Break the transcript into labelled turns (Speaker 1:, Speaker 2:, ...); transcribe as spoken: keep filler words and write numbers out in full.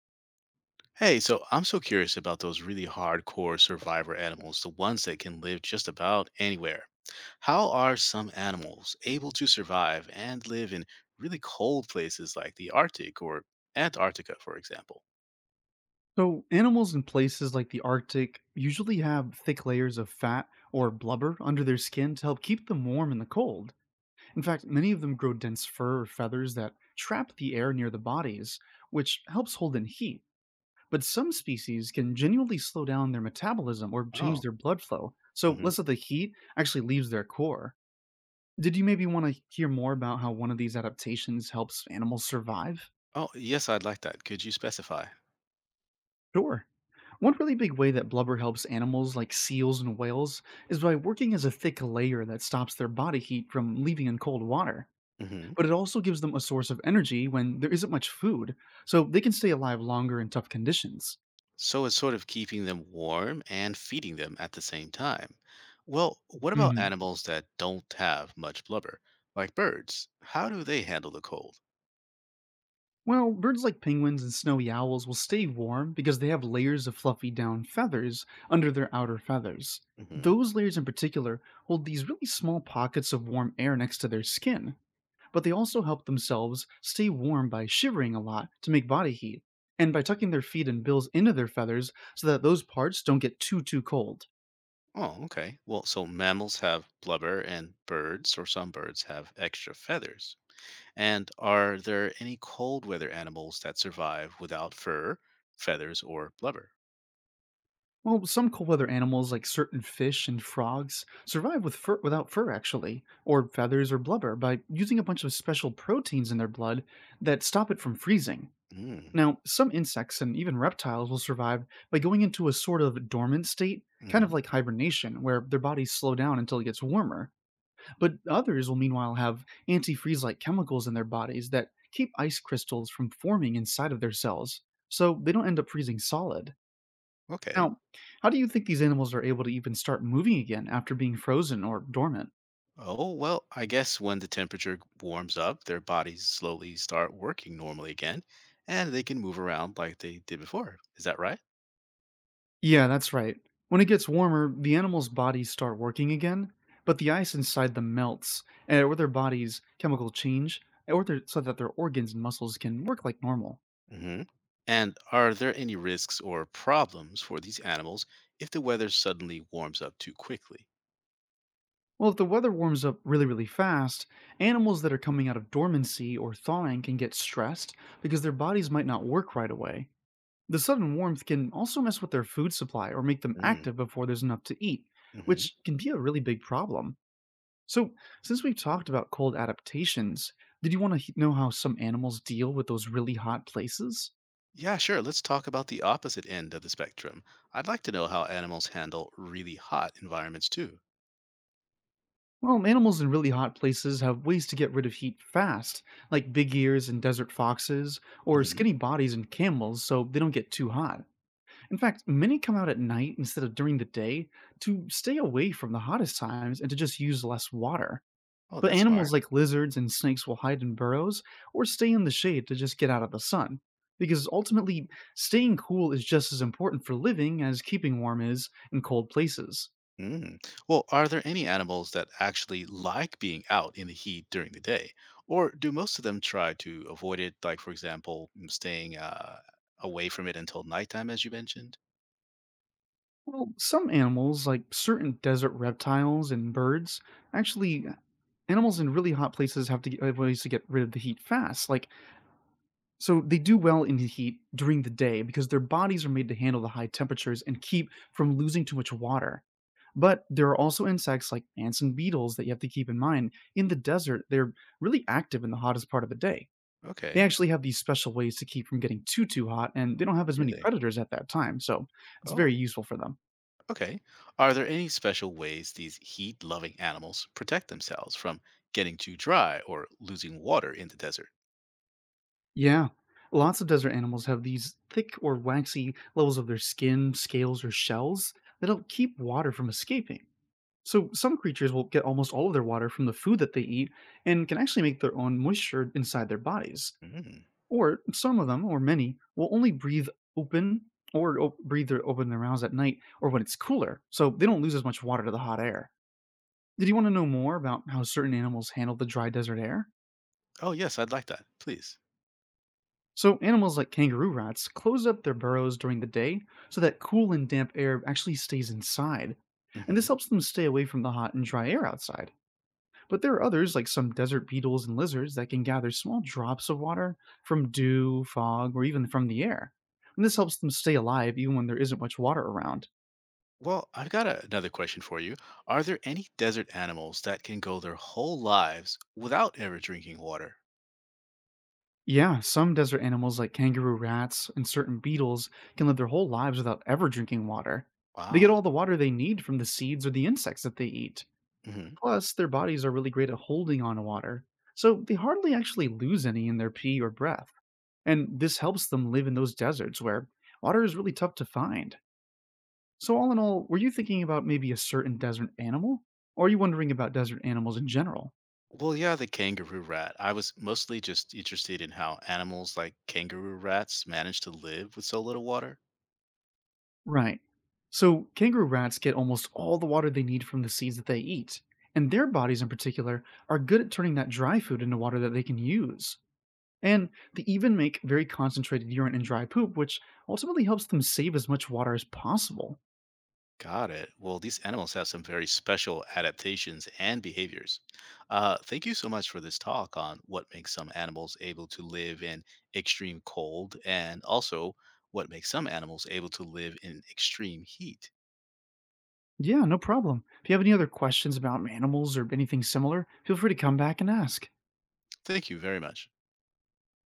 Speaker 1: Hey, so I'm so curious about those really hardcore survivor animals, the ones that can live just about anywhere. How are some animals able to survive and live in really cold places like the Arctic or Antarctica, for example?
Speaker 2: So, animals in places like the Arctic usually have thick layers of fat or blubber under their skin to help keep them warm in the cold. In fact, many of them grow dense fur or feathers that trap the air near the bodies, which helps hold in heat. But some species can genuinely slow down their metabolism or change
Speaker 1: Oh.
Speaker 2: their blood flow, so
Speaker 1: Hmm.
Speaker 2: less of the heat actually leaves their core. Did you maybe want to hear more about how one of these adaptations helps animals survive?
Speaker 1: Oh, yes, I'd like that. Could you specify?
Speaker 2: Sure. One really big way that blubber helps animals like seals and whales is by working as a thick layer that stops their body heat from leaving in cold water.
Speaker 1: Hmm.
Speaker 2: But it also gives them a source of energy when there isn't much food, so they can stay alive longer in tough conditions.
Speaker 1: So it's sort of keeping them warm and feeding them at the same time. Well, what about
Speaker 2: Hmm.
Speaker 1: animals that don't have much blubber, like birds? How do they handle the cold?
Speaker 2: Well, birds like penguins and snowy owls will stay warm because they have layers of fluffy down feathers under their outer feathers. Those layers in particular hold these really small pockets of warm air next to their skin, but they also help themselves stay warm by shivering a lot to make body heat, and by tucking their feet and bills into their feathers so that those parts don't get too too cold.
Speaker 1: Oh, okay. Well, so mammals have blubber and birds, or some birds have extra feathers. And are there any cold weather animals that survive without fur, feathers, or blubber?
Speaker 2: Well, some cold weather animals like certain fish and frogs survive with fur without fur actually, or feathers or blubber by using a bunch of special proteins in their blood that stop it from freezing.
Speaker 1: Mm.
Speaker 2: Now, some insects and even reptiles will survive by going into a sort of dormant state, kind
Speaker 1: Hmm.
Speaker 2: of like hibernation, where their bodies slow down until it gets warmer. But others will meanwhile have antifreeze like chemicals in their bodies that keep ice crystals from forming inside of their cells, so they don't end up freezing solid.
Speaker 1: Okay.
Speaker 2: Now, how do you think these animals are able to even start moving again after being frozen or dormant?
Speaker 1: Oh, well, I guess when the temperature warms up, their bodies slowly start working normally again, and they can move around like they did before. Is that right?
Speaker 2: Yeah, that's right. When it gets warmer, the animals' bodies start working again, but the ice inside them melts, and or their bodies' chemical change, or their, so that their organs and muscles can work like normal.
Speaker 1: Hmm. And are there any risks or problems for these animals if the weather suddenly warms up too quickly?
Speaker 2: Well, if the weather warms up really, really fast, animals that are coming out of dormancy or thawing can get stressed because their bodies might not work right away. The sudden warmth can also mess with their food supply or make them
Speaker 1: Mm.
Speaker 2: active before there's enough to eat,
Speaker 1: Hmm.
Speaker 2: which can be a really big problem. So, since we've talked about cold adaptations, did you want to know how some animals deal with those really hot places?
Speaker 1: Yeah, sure. Let's talk about the opposite end of the spectrum. I'd like to know how animals handle really hot environments too.
Speaker 2: Well, animals in really hot places have ways to get rid of heat fast, like big ears in desert foxes, or
Speaker 1: Hmm.
Speaker 2: skinny bodies in camels, so they don't get too hot. In fact, many come out at night instead of during the day to stay away from the hottest times and to just use less water.
Speaker 1: Oh,
Speaker 2: But
Speaker 1: that's
Speaker 2: animals
Speaker 1: smart.
Speaker 2: like lizards and snakes will hide in burrows or stay in the shade to just get out of the sun. Because ultimately, staying cool is just as important for living as keeping warm is in cold places.
Speaker 1: Mm. Well, are there any animals that actually like being out in the heat during the day? Or do most of them try to avoid it, like, for example, m- staying uh, away from it until nighttime, as you mentioned?
Speaker 2: Well, some animals, like certain desert reptiles and birds, actually, animals in really hot places have to get, have ways to get rid of the heat fast. Like, so they do well in the heat during the day because their bodies are made to handle the high temperatures and keep from losing too much water. But there are also insects like ants and beetles that you have to keep in mind. In the desert, they're really active in the hottest part of the day. They
Speaker 1: Okay,
Speaker 2: actually have these special ways to keep from getting too too hot, and they don't have as many
Speaker 1: really?
Speaker 2: predators at that time, so it's very
Speaker 1: Oh.
Speaker 2: useful for them.
Speaker 1: Okay. Are there any special ways these heat loving animals protect themselves from getting too dry or losing water in the desert?
Speaker 2: Yeah. Lots of desert animals have these thick or waxy levels of their skin, scales, or shells that help keep water from escaping. So, some creatures will get almost all of their water from the food that they eat and can actually make their own moisture inside their bodies.
Speaker 1: Mm.
Speaker 2: Or some of them, or many, will only breathe open or o- breathe their open their mouths at night or when it's cooler, so they don't lose as much water to the hot air. Did you want to know more about how certain animals handle the dry desert air?
Speaker 1: Oh, yes, I'd like that. Please.
Speaker 2: So, animals like kangaroo rats close up their burrows during the day so that cool and damp air actually stays inside. And this
Speaker 1: Hmm.
Speaker 2: helps them stay away from the hot and dry air outside. But there are others, like some desert beetles and lizards, that can gather small drops of water from dew, fog, or even from the air. And this helps them stay alive even when there isn't much water around.
Speaker 1: Well, I've got a- another question for you. Are there any desert animals that can go their whole lives without ever drinking water?
Speaker 2: Yeah, some desert animals like kangaroo rats and certain beetles can live their whole lives without ever drinking water. They get
Speaker 1: Wow.
Speaker 2: all the water they need from the seeds or the insects that they eat.
Speaker 1: Hmm.
Speaker 2: Plus, their bodies are really great at holding on to water, so they hardly actually lose any in their pee or breath. And this helps them live in those deserts where water is really tough to find. So, all in all, were you thinking about maybe a certain desert animal? Or are you wondering about desert animals in general?
Speaker 1: Well, yeah, the kangaroo rat. I was mostly just interested in how animals like kangaroo rats manage to live with so little water.
Speaker 2: Right. So, kangaroo rats get almost all the water they need from the seeds that they eat, and their bodies in particular are good at turning that dry food into water that they can use. And they even make very concentrated urine and dry poop, which ultimately helps them save as much water as possible.
Speaker 1: Got it. Well, these animals have some very special adaptations and behaviors. Uh, thank you so much for this talk on what makes some animals able to live in extreme cold and also what makes some animals able to live in extreme heat.
Speaker 2: Yeah, no problem. If you have any other questions about animals or anything similar, feel free to come back and ask.
Speaker 1: Thank you very much.